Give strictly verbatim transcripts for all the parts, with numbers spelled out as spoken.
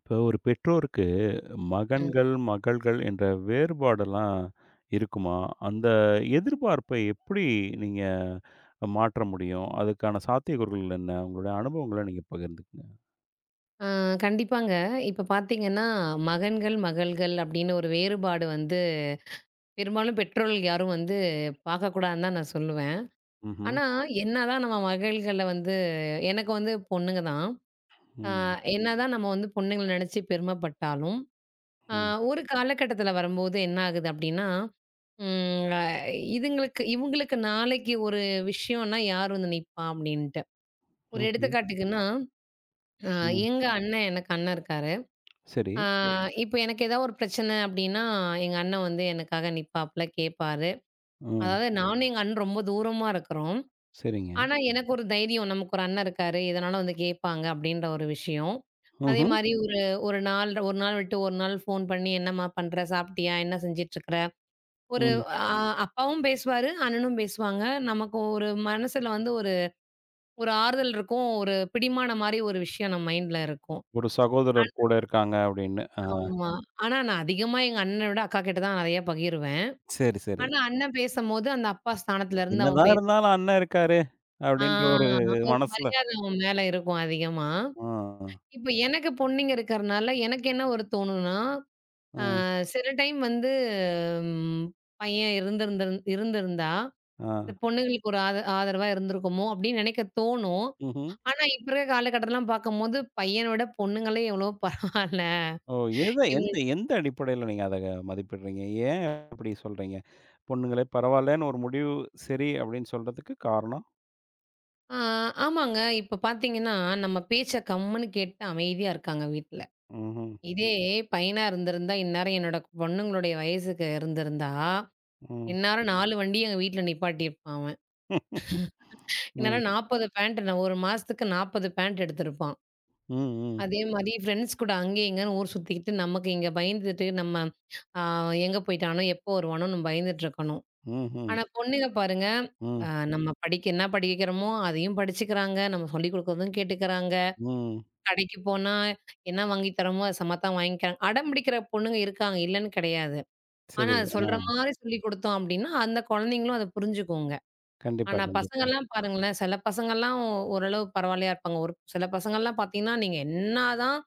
இப்போ ஒரு பெற்றோருக்கு ம். ம். மகன்கள், மகள்கள் என்ற வேறுபாடெல்லாம் இருக்குமா? அந்த எதிர்பார்ப்பை எப்படி நீங்க மாற்ற முடியும்? அதுக்கான சாத்தியக்கூறுகள் என்ன? உங்களுடைய அனுபவங்கள நீங்க பகிர்ந்துக்கங்க. ஆ கண்டிப்பாங்க. இப்ப பார்த்தீங்கன்னா, மகன்கள், மகள்கள் அப்படின்னு ஒரு வேறுபாடு வந்து பெரும்பாலும் பெற்றோர்கள் யாரும் வந்து பார்க்கக்கூடாதுன்னு தான் நான் சொல்லுவேன். ம்ஹ்ம். ஆனா, என்னதான் நம்ம மகள்கள வந்து எனக்கு வந்து பொண்ணுங்க தான். ஆ ம். என்னதான் நம்ம வந்து பொண்ணுங்கள நெனச்சு பெருமைப்பட்டாலும், ஆ ம். ஒரு காலகட்டத்தில வரும்போது என்ன ஆகுது அப்படின்னா, ம் அ இதுங்களுக்கு இவங்களுக்கு நாளைக்கு ஒரு விஷயம்னா யார் வந்து நிப்பா? அப்படின்ட்டு. ஒரு ம்ஹ்ம். எடுத்துக்காட்டுக்குன்னா, அ ம். எங்க அண்ணன் எனக்கு அண்ணன் இருக்காரு. சரி. ஆ, சரி. இப்ப எனக்கு ஏதாவது ஒரு பிரச்சனை அப்டின்னா, எங்க அண்ணன் வந்து எனக்காக நிப்பாப்ல, கேட்பாரு. ம். அதாவது சரிங்க நானும் ம். எங்க அண்ணனும் ரொம்ப தூரமா இருக்கிறோம். சரிங்க. ஆனா, ம். எனக்கு ஒரு தைரியம். நமக்கு ஒரு அண்ணன் இருக்காரு. எதனாலும் வந்து கேட்பாங்க அப்டின்ற ஒரு விஷயம். அதே ம்ஹ்ம். மாரி ம். ஒரு ஒரு நாள் ஒரு நாள் விட்டு ஒரு நாள் ஃபோன் பண்ணி, "என்னம்மா பண்ற? சாப்பிட்டியா? என்ன செஞ்சுட்டுருக்கிற?" ஒரு ம். அ ம். அப்பாவும் பேசுவாரு, அண்ணனும் பேசுவாங்க. நமக்கு ஒரு மனசுல வந்து ஒரு ஒரு ஆறுதல் இருக்கும். ஒரு பிடிமான மாரி ஒரு விஷயம் நம்ம மைண்ட்ல இருக்கும். ஒரு ஆனா சகோதரர் கூட இருக்காங்க அப்படின்னு. ஆ. ஆமா. ஆனா நான் அதிகமா எங்க அண்ணன விட அக்காகிட்ட தான் நெறைய பகிருவேன். சரி, சரி. ஆனா, அண்ணன் பேசம்போது, அந்த அப்பா ஸ்தானத்துல இருந்து அவன் என்னதான் பேச இருந்தாலும் அண்ணன் இருக்காரே! ஆ அப்படின்ற ஒரு ஒரு மனசுல. மரியாதை அவன் மேல இருக்கும் அதிகமா. ஆ. இப்ப எனக்கு பொண்ணுங்க இருக்கறனால, எனக்கு என்ன ஒரு தோணும்னா, ஆ. அ சில டைம் வந்து ம் பையன் இருந்திருந்த இருந்திருந்தா, ஆ. இந்த பொண்ணுங்களுக்கு ஒரு ஆத ஆதரவா இருந்திருக்குமோ! அப்டின்னு நெனைக்க தோணும். ம்ஹ்ம். ஆனா, இப்ப இருக்க காலகட்டத்தலாம் பார்க்கும்போது, பையன விட பொண்ணுங்களே எவ்வளோ பரவால்ல. ஓ! எத எந்த இவங்க எந்த அடிப்படையில நீங்க அத மதிப்பிடுறீங்க? ஏன் அப்படி சொல்றீங்க? பொண்ணுங்களே பரவாயில்லன்னு ஒரு முடிவு சரி அப்படின்னு சொல்றதுக்கு காரணம்? ஆ ஆமாங்க. இப்ப பார்த்தீங்கன்னா, நம்ம பேச்ச கம்முன்னு கேட்டு அமைதியா இருக்காங்க வீட்ல. ம்ஹ்ம். இதே பையனா இருந்திருந்தா, இந்நேரம் என்னோட பொண்ணுங்களுடைய வயசுக்கு இருந்திருந்தா, ம். இந்நேரம் நாலு வண்டிய எங்க வீட்ல நிப்பாட்டியிருப்பான் அவன். ம். இந்நேரம் நாற்பது பேண்ட் நான் ஒரு மாசத்துக்கு நாற்பது பேண்ட் எடுத்திருப்பான். ம். ம். அதே மாரி ஃப்ரெண்ட்ஸ் கூட அங்க, இங்கன்னு ஊர் சுத்திக்கிட்டு, நமக்கு இங்க பயந்துட்டு நம்ம ஆ எங்க போய்ட்டானோ, எப்போ வருவானோ நம்ம பயந்துட்டு இருக்கணும். ம்ஹ்ம். ஆனா பொண்ணுங்க பாருங்க, ம். அ நம்ம படிக்க என்ன படிக்கிறோமோ அதையும் படிச்சுக்கிறாங்க. நம்ம சொல்லிக் குடுக்குறதும் கேட்டுக்கிறாங்க. ம். கடைக்கு போனா என்ன வாங்கி தரோமோ, அது சமத்தா வாங்கிக்கிறாங்க. அடம் பிடிக்கிற பொண்ணுங்க இருக்காங்க, இல்லன்னு கிடையாது. ஆனா, சரி. அது சொல்ற ஆ. மாரி சொல்லிக் குடுத்தோம் அப்டின்னா, அந்த குழந்தைங்களும் அத புரிஞ்சுக்குங்க. கண்டிப்பா, ஆனா, கண்டிப்பா. பசங்கலாம் பாருங்களேன், சில பசங்கலாம் ஓரளவு பரவாயில்லையா இருப்பாங்க. ஒரு சில பசங்கலாம் பார்த்தீங்கன்னா, நீங்க என்னதான்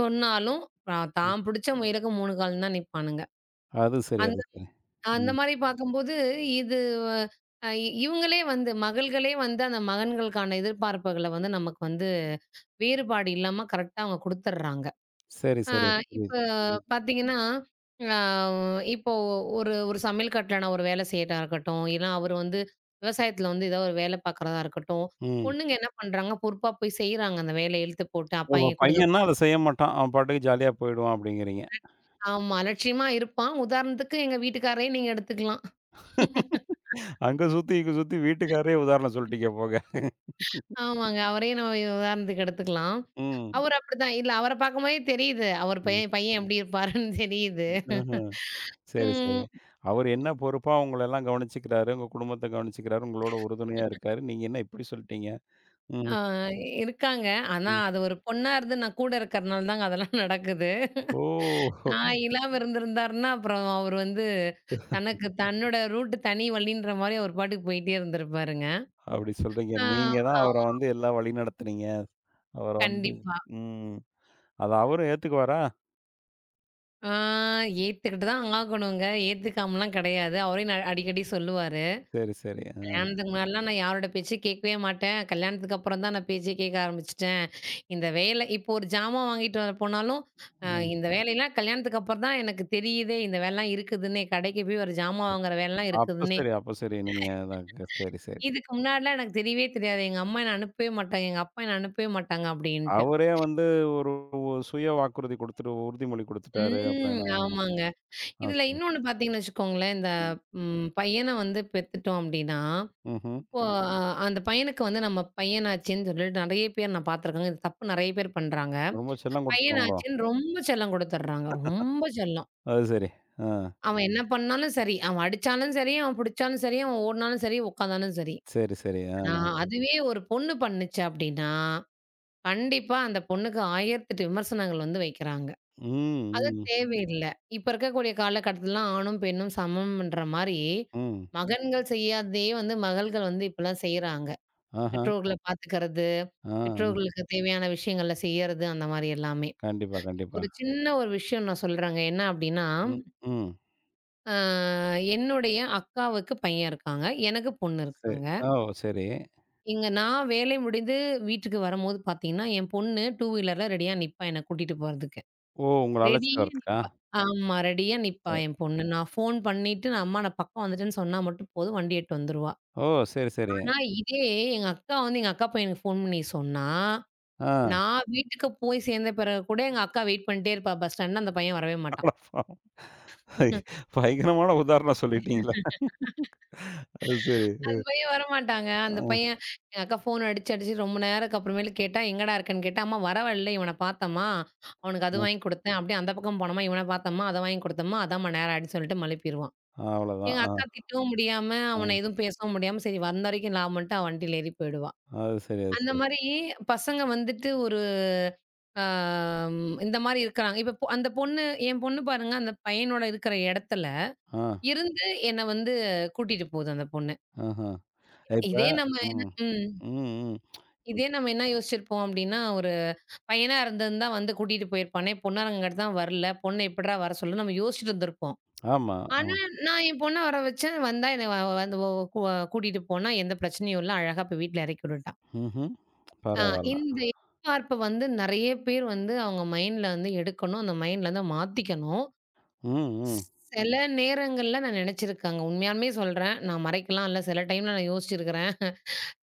சொன்னாலும், அ ம். தான் புடிச்ச முயலுக்கு மூணு கால்ன்னு தான் நிப்பானுங்க. அது சரி, அந்த அது சரி. அந்த ம். மாரி பார்க்கும்போது, இது அ இவங்களே வந்து மகள்களே வந்து அந்த மகன்களுக்கான எதிர்பார்ப்புகள வந்து நமக்கு வந்து வேறுபாடு இல்லாம கரெக்ட்டா அவங்க குடுத்துர்றாங்க. சரி, ஆ சரி. இப்ப புரியுது. ம். பார்த்தீங்கன்னா, ஆ இப்போ ஒரு ஒரு சமையல் கட்டுல நான் ஒரு வேலை செய்றதா இருக்கட்டும், இல்ல அவரு வந்து விவசாயத்துல வந்து ஏதோ ஒரு வேலை பார்க்குறதா இருக்கட்டும், ம். பொண்ணுங்க என்ன பண்றாங்க, பொறுப்பா போய் செய்றாங்க அந்த வேலைய இழுத்து போட்டு. அப்பா ஓஹோ! இங்க குடுங்க. பையன்னா அத செய்ய மாட்டான். அவன் பாட்டுக்கு ஜாலியா போயிடுவான் அப்படிங்கிறீங்க. ஆமா, அலட்சியமா இருப்பான். உதாரணத்துக்கு எங்க வீட்டுக்காரரையே நீங்க எடுத்துக்கலாம். அங்க சுத்தி, இங்க சுத்தி வீட்டுக்காரரே உதாரணம் சொல்லிட்டீங்க போங்க. ஆமாங்க. அவரையே நம்ம உதாரணத்துக்கு எடுத்துக்கலாம். ம். அவரு அப்படிதான். இல்ல அவர பார்க்கும்போதே தெரியுது. அவர் ம். பையன் பையன் எப்படி இருப்பாருன்னு தெரியுது. ஆஹ. சரி, சரி. ம். அவரு என்ன பொறுப்போ உங்களெல்லாம் கவனிச்சுக்கிறாரு. உங்க குடும்பத்த கவனிச்சுக்கிறாரு. உங்களோட உறுதுணையா இருக்காரு. நீங்க என்ன இப்படி சொல்ட்டீங்க? ம், ஆ இருக்காங்க. ஆனா ம். அது ஒரு பொண்ணா இருந்து நான் கூட இருக்கிறனால தாங்க அதெல்லாம் நடக்குது. ஓ! நான் இல்லாம இருந்திருந்தாருன்னா, அப்புறம் அவரு வந்து தனக்கு தன்னோட ரூட் தனி வழின்ற மாரி அவர் பாட்டுக்கு போயிட்டே இருந்திருப்பாருங்க. அப்படி சொல்றீங்க. ஆ நீங்க தான் அவர ஆமா வந்து எல்லாம் வழி நடத்துனீங்க. அவர வந்து கண்டிப்பா. ம். அத அவரும் ஏத்துக்குவாரா? ஆ ஏத்துக்கிட்டு தான் ஆகணுங்க. ஏத்துக்காமலாம் கிடையாது. அவரே நான் அடிக்கடி சொல்லுவாரு. சரி, சரி. அ, "கல்யாணத்துக்கு முன்னாடிலாம் நான் யாரோட பேச்சையும் கேட்கவே மாட்டேன். கல்யாணத்துக்கு அப்புறம் தான் நான் பேச்சே கேட்க ஆரம்பிச்சுட்டேன். இந்த வேலை இப்போ ஒரு ஜாமான் வாங்கிட்டு வர போனாலும், அ ம். இந்த வேலையெல்லாம் கல்யாணத்துக்கு அப்புறம் தான் எனக்கு தெரியுதே! இந்த வேலைலாம் இருக்குதுன்னே. கடைக்கு போய் ஒரு ஜாமான் வாங்குற வேலைலாம் அப்ப இருக்குதுன்னே!" சரி, அப்ப சரி. நீங்க அதான் க சரி, சரி. இதுக்கு முன்னாடிலாம் எனக்கு தெரியவே தெரியாது. எங்க அம்மா என்ன அனுப்பவே மாட்டாங்க. எங்க அப்பா என்ன அனுப்பவே மாட்டாங்க அப்டின்ட்டு. அவரே வந்து ஒரு ஒ சுய வாக்குறுதி குடுத்துட்டு உறுதிமொழி குடுத்துட்டாரு ம். அப்படின்னா, ஆமாங்க. ஆ இதுல சரி. இன்னொன்னு பார்த்தீங்கன்னு வச்சுக்கோங்களேன், இந்த ம். ம் பையன வந்து பெத்துட்டோம் அப்டின்னா, ம்ஹ்ம். இப்போ அ அந்த பையனுக்கு வந்து நம்ம பையனாச்சேன்னு சொல்லிட்டு நெறைய பேர் நான் பார்த்துருக்கேங்க. இந்த தப்பு நெறைய பேர் பண்றாங்க. ரொம்ப செல்லம் குடுத்துட்டாங்களோ? பையனாச்சேன்னு ரொம்ப செல்லம் குடுத்துடுறாங்க. ரொம்ப செல்லம். அது சரி. ஆ. அவன் என்ன பண்ணாலும் சரி, அவன் அடிச்சாலும் சரி, அவன் புடிச்சாலும் சரி, அவன் ஓடுனாலும் சரி, உட்காந்தாலும் சரி. சரி, சரி. ஆனா ஆ. அதுவே ஒரு பொண்ணு பண்ணுச்சு அப்டின்னா கண்டிப்பா அந்த பொண்ணுக்கு ஆயிரத்து எட்டு விமர்சனங்கள் வந்து வைக்கிறாங்க. ம், அது ம், தேவையில்ல. இப்ப இருக்கக்கூடிய காலகட்டத்திலலாம் ஆணும், பெண்ணும் சமம்ன்ற மாரி, ம். மகன்கள் செய்யாததையே வந்து மகள்கள் வந்து இப்பலாம் செய்றாங்க. ஆஹா. பெற்றோர்கள பாத்துக்கிறது, ஆ, பெற்றோர்களுக்கு தேவையான விஷயங்கள செய்யறது, அந்த மாரி எல்லாமே. கண்டிப்பா, இப்போ கண்டிப்பா. ஒரு சின்ன ஒரு விஷயம் நான் சொல்றேங்க. என்ன அப்டின்னா, ம், ம். அ என்னுடைய அக்காவுக்கு பையன் இருக்காங்க. எனக்கு பொண்ணு சரி. இருக்காங்க. ஓ! சரி. இங்க நான் வேலை முடிந்து வீட்டுக்கு வரும்போது பாத்தீங்கன்னா, என் பொண்ணு டூ வீலர்ல ரெடியா நிப்பா என்ன கூட்டிட்டு போறதுக்கு. ஓ! உங்கள அழைச்சுட்டு ரெடியா வரதுக்கா? ஆமா. ரெடியா நிப்பா சரி. என் பொண்ணு. நான் ஃபோன் பண்ணிட்டு, நான் அம்மா நான் பக்கம் வந்துட்டேன்னு சொன்னா மட்டும் போதும், வண்டி எடுத்துட்டு வந்துருவா. ஓ! சரி, சரி. ஆனா இதே எங்க அக்கா வந்து எங்க அக்கா பையனுக்கு ஃபோன் பண்ணி சொன்னா, ஆ. நான் வீட்டுக்கு போய் சேர்ந்த பிறகு கூட எங்க அக்கா வெயிட் பண்ணிட்டே இருப்பா பஸ் ஸ்டாண்ட்ல. அந்த பையன் வரவே மாட்டான். அட பாவம். ஐ பயங்கரமான உதாரணம் சொல்லிட்டீங்களே! அது சரி. அ, அந்த பையன் வரமாட்டாங்க. அந்த ஆ, பையன் எங்க அக்கா ஃபோன் அடிச்சு, அடிச்சு ரொம்ப நேரத்துக்கு அப்புறமேலு கேட்டா, "எங்கடா இருக்கன்னு?" கேட்டா, "அம்மா வரவழில இவன பார்த்தம்மா. அவனுக்கு அது ஆ. வாங்கி குடுத்தேன். அப்படியே அந்த பக்கம் போனோம்மா, இவன பார்த்தம்மா, அத வாங்கி குடுத்தம்மா. அதாம்மா நேரம் ஆயிடுச்சுன்னு" சொல்லிட்டு மழுப்பிருவான். அவ்வளோதான். எங்க ஆ, அக்கா திட்டவும் முடியாம, ஆ. அவன எதுவும் பேசவும் முடியாம, சரி வந்த வரைக்கும் நான் மட்டும் அவன் வண்டியில ஏறி போயிடுவா. அது சரி, அது அந்த சரி. மாரி பசங்க வந்துட்டு ஒரு ஆ இந்த மாரி இருக்கிறாங்க. இப்ப பொ அந்த பொண்ணு என் பொண்ணு பாருங்க, அந்த பையனோட இருக்கிற இடத்துல ஆ, இருந்து என்ன வந்து கூட்டிட்டு போகுது அந்த பொண்ணு. ஆஹா. இப்ப இதே நம்ம என்ன ம், ம். ம், ம். இதே நம்ம என்ன யோசிச்சிருப்போம் அப்டின்னா, ஒரு பையனா இருந்திருந்தா வந்து கூட்டிட்டு போயிருப்பானே! பொண்ணா இருக்கிறங்காட்டி தான் வரல. பொண்ண எப்புட்றா வர சொல்ல நம்ம யோசிச்சுட்டு இருந்திருப்போம். ஆமா. ம். ஆனா, நான் என் பொண்ண வர வச்சேன். வந்தா என்ன வ வ- வந்து ஒ கூ கூட்டிட்டு போனா, எந்த பிரச்சனையும் இல்ல. அழகா போய் வீட்ல இறக்கி விட்டுட்டான். ம்ஹ்ம். அ பரவால்ல. இந்த எதிர்பார்ப்ப வந்து நெறைய பேர் வந்து அவங்க மைண்ட்ல வந்து எடுக்கணும். அந்த மைண்ட்ல வந்து மாத்திக்கணும். ம், ம், சில நேரங்கள்ல நான் நெனச்சிருக்கேங்க. உண்மையாலுமே சொல்றேன். நான் மறைக்கலாம் இல்ல. சில டைம்ல நான் யோசிச்சிருக்கிறேன்.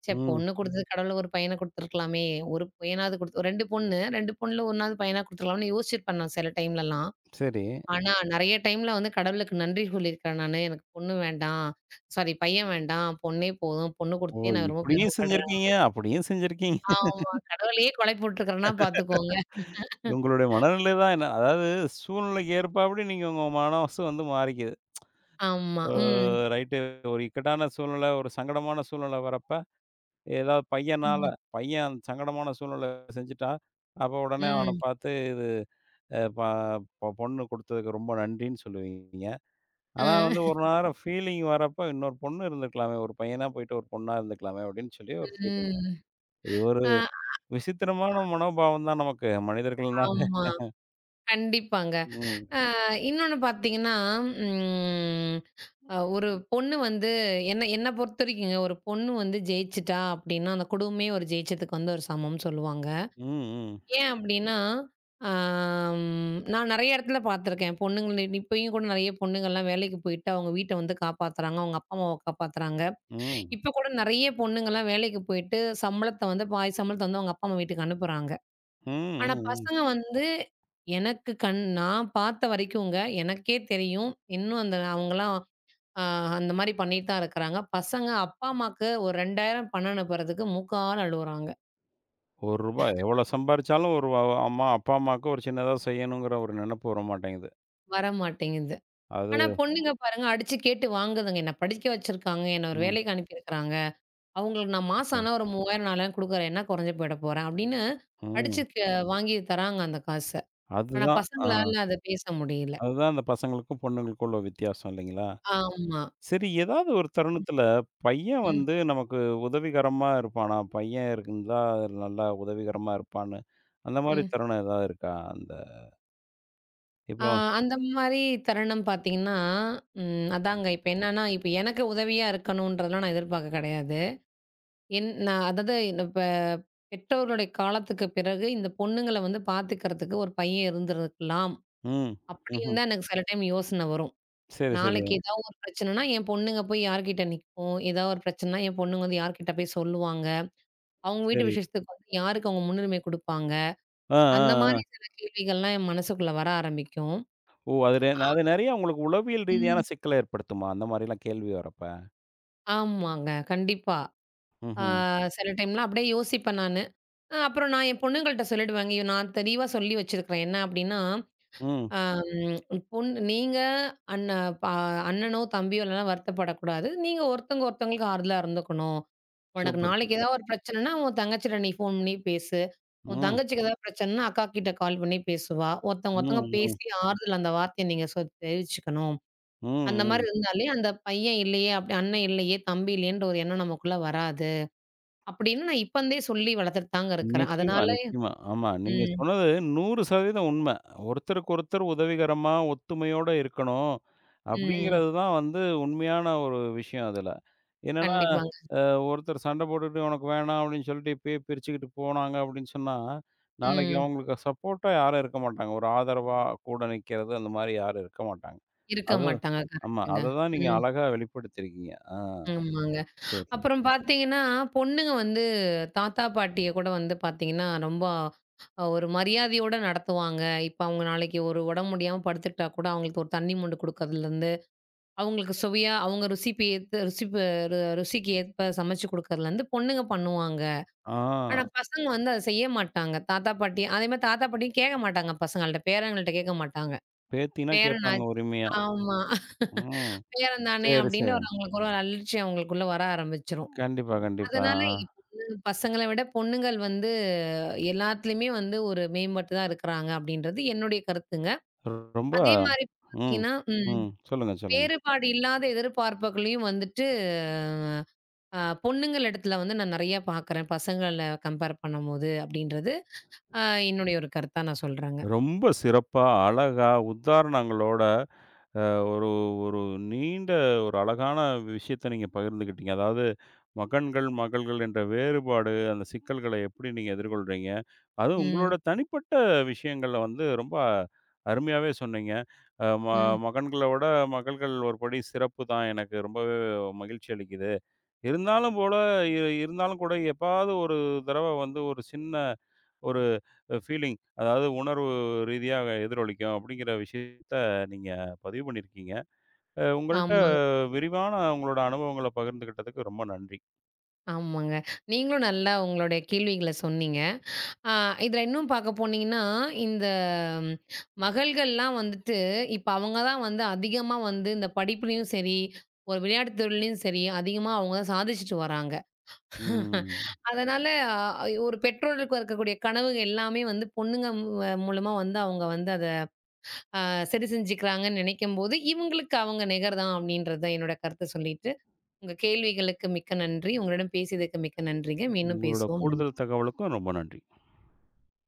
ச்சே! ம். பொண்ணு ம். குடுத்தது கடவுள் ஒரு பையன குடுத்துருக்கலாமே! ஒரு பையனாவது குடுத்து ரெண்டு பொண்ணு. ரெண்டு பொண்ணுல 1னாவது பையனா குடுத்துருக்கலாம்னு யோசிச்சிருப்பேன் நான் சில டைம்லலாம். சரி. ஆனா, நெறைய டைம்ல வந்து கடவுளுக்கு நன்றி சொல்லியிருக்கேன் நானு. எனக்கு பொண்ணு வேண்டாம். சாரி பையன் வேண்டாம். பொண்ணே போதும். பொண்ணு ஓ! குடுத்தே நான் ரொம்ப இப்படியும் பெருமைப்படுறேன். செஞ்சிருக்கீங்க, அப்படியும் செஞ்சிருக்கீங்க. ஆமா. கடவுளையே கொழப்பி விட்டுருக்கிறேன்னா பாத்துக்கோங்க. உங்களுடைய மனநிலை தான் என்ன அதாவது சூழ்நிலைக்கு ஏற்பாப்படி நீங்க உங்க மனசு வந்து மாறிக்கிது. ஆமா. அ ம். ரைட்டு. ஒரு இக்கட்டான சூழ்நிலை, ஒரு சங்கடமான சூழ்நிலை வரப்ப, ஏதாவது பையனால ம். பையன் அந்த சங்கடமான சூழ்நிலை செஞ்சுட்டா, அப்ப உடனே அவன ம். பார்த்து இது அ ப பொ பொண்ணு குடுத்ததுக்கு ரொம்ப நன்றின்னு சொல்லுவீங்க. ஆனா அ. வந்து ஒரு நேரம் ஃபீலிங் வரப்ப இன்னொரு பொண்ணு இருந்திருக்கலாமே, ஒரு பையனா போயிட்டு ஒரு பொண்ணா இருந்துக்கலாமே அப்படின்னு சொல்லி ஒரு ஃபீலிங். ம். இது ஒரு அ விசித்திரமான மனோபாவம் தான் நமக்கு மனிதர்கள்னா. ஆமா. கண்டிப்பாங்க. ம். அ இன்னொன்னு பாத்தீங்கன்னா, ம் அ ஒரு பொண்ணு வந்து என்ன என்ன பொறுத்தவரைக்குங்க, ஒரு பொண்ணு வந்து ஜெயிச்சுட்டா அப்டின்னா, அந்த குடும்பமே ஒரு ஜெயிச்சதுக்கு வந்து ஒரு சமம்னு சொல்லுவாங்க. ம், ம். ஏன் அப்டின்னா, ஆம் நான் நெறைய இடத்துல பார்த்துருக்கேன். பொண்ணுங்கள இப்பயும் கூட நெறைய பொண்ணுங்கள்லாம் வேலைக்கு போயிட்டு அவங்க வீட்ட வந்து காப்பாத்துறாங்க. அவங்க அப்பா, அம்மாவ காப்பாத்துறாங்க. ம். இப்ப கூட நெறைய பொண்ணுங்கலாம் வேலைக்கு போயிட்டு சம்பளத்த வந்து பாதி சம்பளத்த வந்து அவங்க அப்பா, அம்மா வீட்டுக்கு அனுப்புறாங்க. ம், ஆனா ம். பசங்க வந்து எனக்கு கண் நான் பார்த்த வரைக்குங்க, எனக்கே தெரியும். இன்னும் அந்த அவங்கலாம் அ அந்த மாரி பண்ணிட்டு தான் இருக்கிறாங்க. பசங்க அப்பா, அம்மாக்கு ஒரு இரண்டாயிரம் பணம் அனுப்புறதுக்கு மூக்கால அழுவுறாங்க. ரூ. ஒன்று எவ்வளோ சம்பாரிச்சாலும் ஒரு அ அம்மா அப்பா, அம்மாவுக்கு ஒரு சின்னதா செய்யணுங்கிற ஒரு நெனப்பு வர மாட்டேங்குது. வரமாட்டேங்குது. அது ஆனா, பொண்ணுங்க பாருங்க அடிச்சு கேட்டு வாங்குதுங்க. என்ன படிக்க வச்சிருக்காங்க. என்ன ஒரு ம். வேலைக்கு அனுப்பியிருக்கிறாங்க. அவங்களுக்கு நான் மாசம் சரி. ஆனா ஒரு மூவாயிரம், நாலாயிரம் குடுக்குறேன். என்ன குறைஞ்சு போயிட போறேன் அப்படின்னு அடிச்சு ம். க வாங்கி தராங்க அந்த காச. ஆனா, அதுதான். ஆ பசங்களால அத பேச முடியல. அதுதான் அந்த பசங்களுக்கும் பொண்ணுங்களுக்கும் உள்ள வித்தியாசம் இல்லைங்களா? ஆமா. சரி ஏதாவது ஒரு தருணத்தில பையன் ம், வந்து நமக்கு உதவிகரமா இருப்பானா? பையன் இருந்தா நல்லா உதவிகரமா இருப்பான்னு, அந்த மாரி ம். தருணம் ஏதாவது இருக்கா? அந்த ஆ இப்போ அந்த மாரி தருணம் பார்த்தீங்கன்னா, ம் அதாங்க இப்ப என்னன்னா, இப்ப எனக்கு உதவியா இருக்கணுன்றதெல்லாம் நான் எதிர்பார்க்க கிடையாது. என் நான் அதாவது இந்த இப்ப பெற்றோருடைய காலத்துக்கு பிறகு இந்த பொண்ணுங்கள வந்து பார்த்துக்கிறதுக்கு ஒரு பையன் இருந்திருக்கலாம். ம். அப்படின்னு ம்ஹ்ம். தான் எனக்கு சில டைம் யோசனை வரும். சரி, சரி. நாளைக்கு ஏதாவது ஒரு பிரச்சனைன்னா, என் பொண்ணுங்க போய் யார்கிட்ட நிக்கும்? ஏதாவது ஒரு பிரச்சனைன்னா, என் பொண்ணுங்க வந்து யார்கிட்ட போய் சொல்லுவாங்க? அவங்க வீட்டு சரி. விஷயத்துக்கு வந்து யாருக்கு அவங்க முன்னுரிமை குடுப்பாங்க? ஆ, அந்த ஆ, மாரி ஆ. சில கேள்விகள்லாம் என் மனசுக்குள்ள வர ஆரம்பிக்கும். ஓ! அது நெ அது நெறைய உங்களுக்கு உளவியல் ரீதியான ம். சிக்கல ஏற்படுத்துமா? அந்த மாரிலாம் கேள்வி வரப்ப? ஆமாங்க. கண்டிப்பா. ஆ ம்ஹ்ம். சில டைம்லாம் அப்படியே யோசிப்பேன் நானு. அ அப்புறம் நான் என் பொண்ணுங்கள்ட்ட சொல்லிடுவேங்க. இ நான் தெளிவா சொல்லி வச்சிருக்கிறேன். என்ன அப்படின்னா, ம். அம் பொண் நீங்க அண்ண ப அண்ணனோ, தம்பியோ இல்லனா வருத்தப்படக்கூடாது. நீங்க ஒருத்தவங்க ஒருத்தவங்களுக்கு ஆறுதலா இருந்துக்கணும். உனக்கு சூப்பர், நாளைக்கு சூப்பர். ஏதாவது ஒரு பிரச்சனைன்னா, உன் தங்கச்சிட்ட நீ ஃபோன் பண்ணி பேசு. உன் ம். தங்கச்சிக்கு ஏதாவது பிரச்சனைன்னா, அக்கா கிட்ட கால் பண்ணி பேசுவா. ஒருத்தவங்க ம், ஒருத்தவங்க ம். பேசி ஆறுதல் அந்த வார்த்தைய நீங்க சொ தெரிவிச்சுக்கணும். ம், அந்த மாரி ம். இருந்தாலே, அந்த பையன் இல்லையே, அப்படி அண்ணன் இல்லையே, தம்பி இல்லையேன்ற ஒரு எண்ணம் நமக்குள்ள வராது. அப்படின்னு நான் இப்பருந்தே சொல்லி வளர்த்துட்டு தாங்க இருக்கிறேன். நிச்சயமா, அதனால நிச்சயமா. ஆமா. நீங்க ம், சொன்னது நூறு சதவீதம் உண்ம. ஒருத்தருக்கு ஒருத்தர் உதவிகரமா, ஒத்துமையோட இருக்கணும். ம். அப்படிங்கிறது தான் வந்து உண்மையான ஒரு விஷயம் அதுல. என்னன்னா, கண்டிப்பாங்க. அ ஒருத்தர் சண்டை போட்டுட்டு "உனக்கு வேணாம்" அப்படின்னு சொல்லிட்டு இப்பயே பிரிச்சுக்கிட்டு போனாங்க அப்படின்னு சொன்னா, நாளைக்கு ம். அவங்களுக்கு சப்போர்ட்டா யாரும் இருக்க மாட்டாங்க. ஒரு ஆதரவா கூட நிக்கிறது அந்த மாரி யாரும் இருக்க மாட்டாங்க. இருக்க அது மாட்டாங்க. ஆமா. கரெக்ட்டுங்க. அத தான் நீங்க ம். அழகா வெளிப்படுத்தியிருக்கீங்க. ஆ. ஆமாங்க. சரி, சரி. அப்புறம் பார்த்தீங்கன்னா, பொண்ணுங்க வந்து தாத்தா, பாட்டிய கூட வந்து பார்த்தீங்கன்னா, ரொம்ப அ ஒரு மரியாதையோட நடத்துவாங்க. இப்ப அவங்க நாளைக்கு ஒரு உடம்பு முடியாம படுத்துக்கிட்டா கூட, அவங்களுக்கு ஒரு தண்ணி மொண்டு குடுக்கறதுலருந்து, அவங்களுக்கு சுவையா அவங்க ருசிக்கு ஏத்த ருசி ப ரு ருசிக்கு ஏற்ப சமைச்சு குடுக்கறதுலருந்து பொண்ணுங்க பண்ணுவாங்க. ஆனா ஆ. பசங்க வந்து அத செய்ய மாட்டாங்க. தாத்தா, பாட்டி அதேமாரி தாத்தா, பாட்டியும் கேட்க மாட்டாங்க பசங்கள்ட்ட. பேரங்கள்ட்ட கேட்க மாட்டாங்க. பேத்தினா கேட்பாங்க பேரனாச் உரிமையா. ஆமா. ம். பேரன் தானே சரி, அப்படின்னு சரி. ஒரு அவங்களுக்கு ஒரு அலட்சியம் அவங்களுக்குள்ள வர ஆரம்பிச்சுரும். கண்டிப்பா, கண்டிப்பா. அதனால இப்ப பசங்கள விட பொண்ணுங்கள் வந்து எல்லாத்துலயுமே வந்து ஒரு மேம்பட்டு தான் இருக்கிறாங்க அப்படின்றது என்னுடைய கருத்துங்க. ஆ. ரொம்ப அதே மாரி ம். பார்த்தீங்கன்னா, ம் ம். சொல்லுங்க, சொல்லுங்க. வேறுபாடு இல்லாத எதிர்பார்ப்புகளையும் வந்துட்டு அ பொண்ணுங்கள் இடத்துல வந்து நான் நெறைய பார்க்குறேன். பசங்கள கம்பேர் பண்ணும்போது அப்படின்றது அ என்னுடைய ஒரு கருத்தா நான் சொல்றேங்க. ரொம்ப சிறப்பா, அழகா, உதாரணங்களோட அ ஒரு ஒரு நீண்ட ஒரு அழகான விஷயத்த நீங்க பகிர்ந்துக்கிட்டீங்க. அதாவது மகன்கள், மகள்கள் என்ற வேறுபாடு, அந்த சிக்கல்கள எப்படி நீங்க எதிர்கொள்றீங்க? அதுவும் ம், உங்களோட தனிப்பட்ட விஷயங்கள வந்து ரொம்ப அருமையாவே சொன்னீங்க. அ ம ம். மகன்களோட மகள்கள் ஒரு படி சிறப்பு தான். எனக்கு ரொம்பவே மகிழ்ச்சி அளிக்குது. இருந்தாலும் போல இ இருந்தாலும் கூட எப்பாவது ஒரு தடவ வந்து ஒரு சின்ன ஒரு ஃபீலிங் அதாவது உணர்வு ரீதியா எதிரொலிக்கும் அப்படிங்கிற விஷயத்த நீங்க பதிவு பண்ணியிருக்கீங்க. அ உங்கள்ட்ட ஆமாங்க, விரிவான உங்களோட அனுபவங்கள பகிர்ந்துக்கிட்டதுக்கு ரொம்ப நன்றி. ஆமாங்க. நீங்களும் நல்லா உங்களுடைய கேள்விகள சொன்னீங்க. ஆ இதுல இன்னும் பாக்க போனீங்கன்னா, இந்த ம் மகள்கள்லாம் வந்துட்டு, இப்ப அவங்க தான் வந்து அதிகமா வந்து இந்த படிப்புலயும் சரி, ஒரு விளையாட்டு துறையிலயும் சரி, அதிகமா அவங்க தான் சாதிச்சுட்டு வராங்க. ம். அதனால அ ஒரு பெற்றோருக்கு இருக்கக்கூடிய கனவு எல்லாமே வந்து பொண்ணுங்க அ மூலமா வந்து அவங்க வந்து அத அ சரி செஞ்சுக்கிறாங்கன்னு நினைக்கும்போது, இவங்களுக்கு அவங்க நிகர் தான் அப்படின்றது தான் என்னோட கருத்த சொல்லிட்டு, உங்க கேள்விகளுக்கு மிக்க நன்றி. உங்களிடம் பேசியதுக்கு மிக்க நன்றிங்க. மீண்டும் உங்களோட கூடுதல் பேசுவோம். தகவலுக்கும் ரொம்ப நன்றி.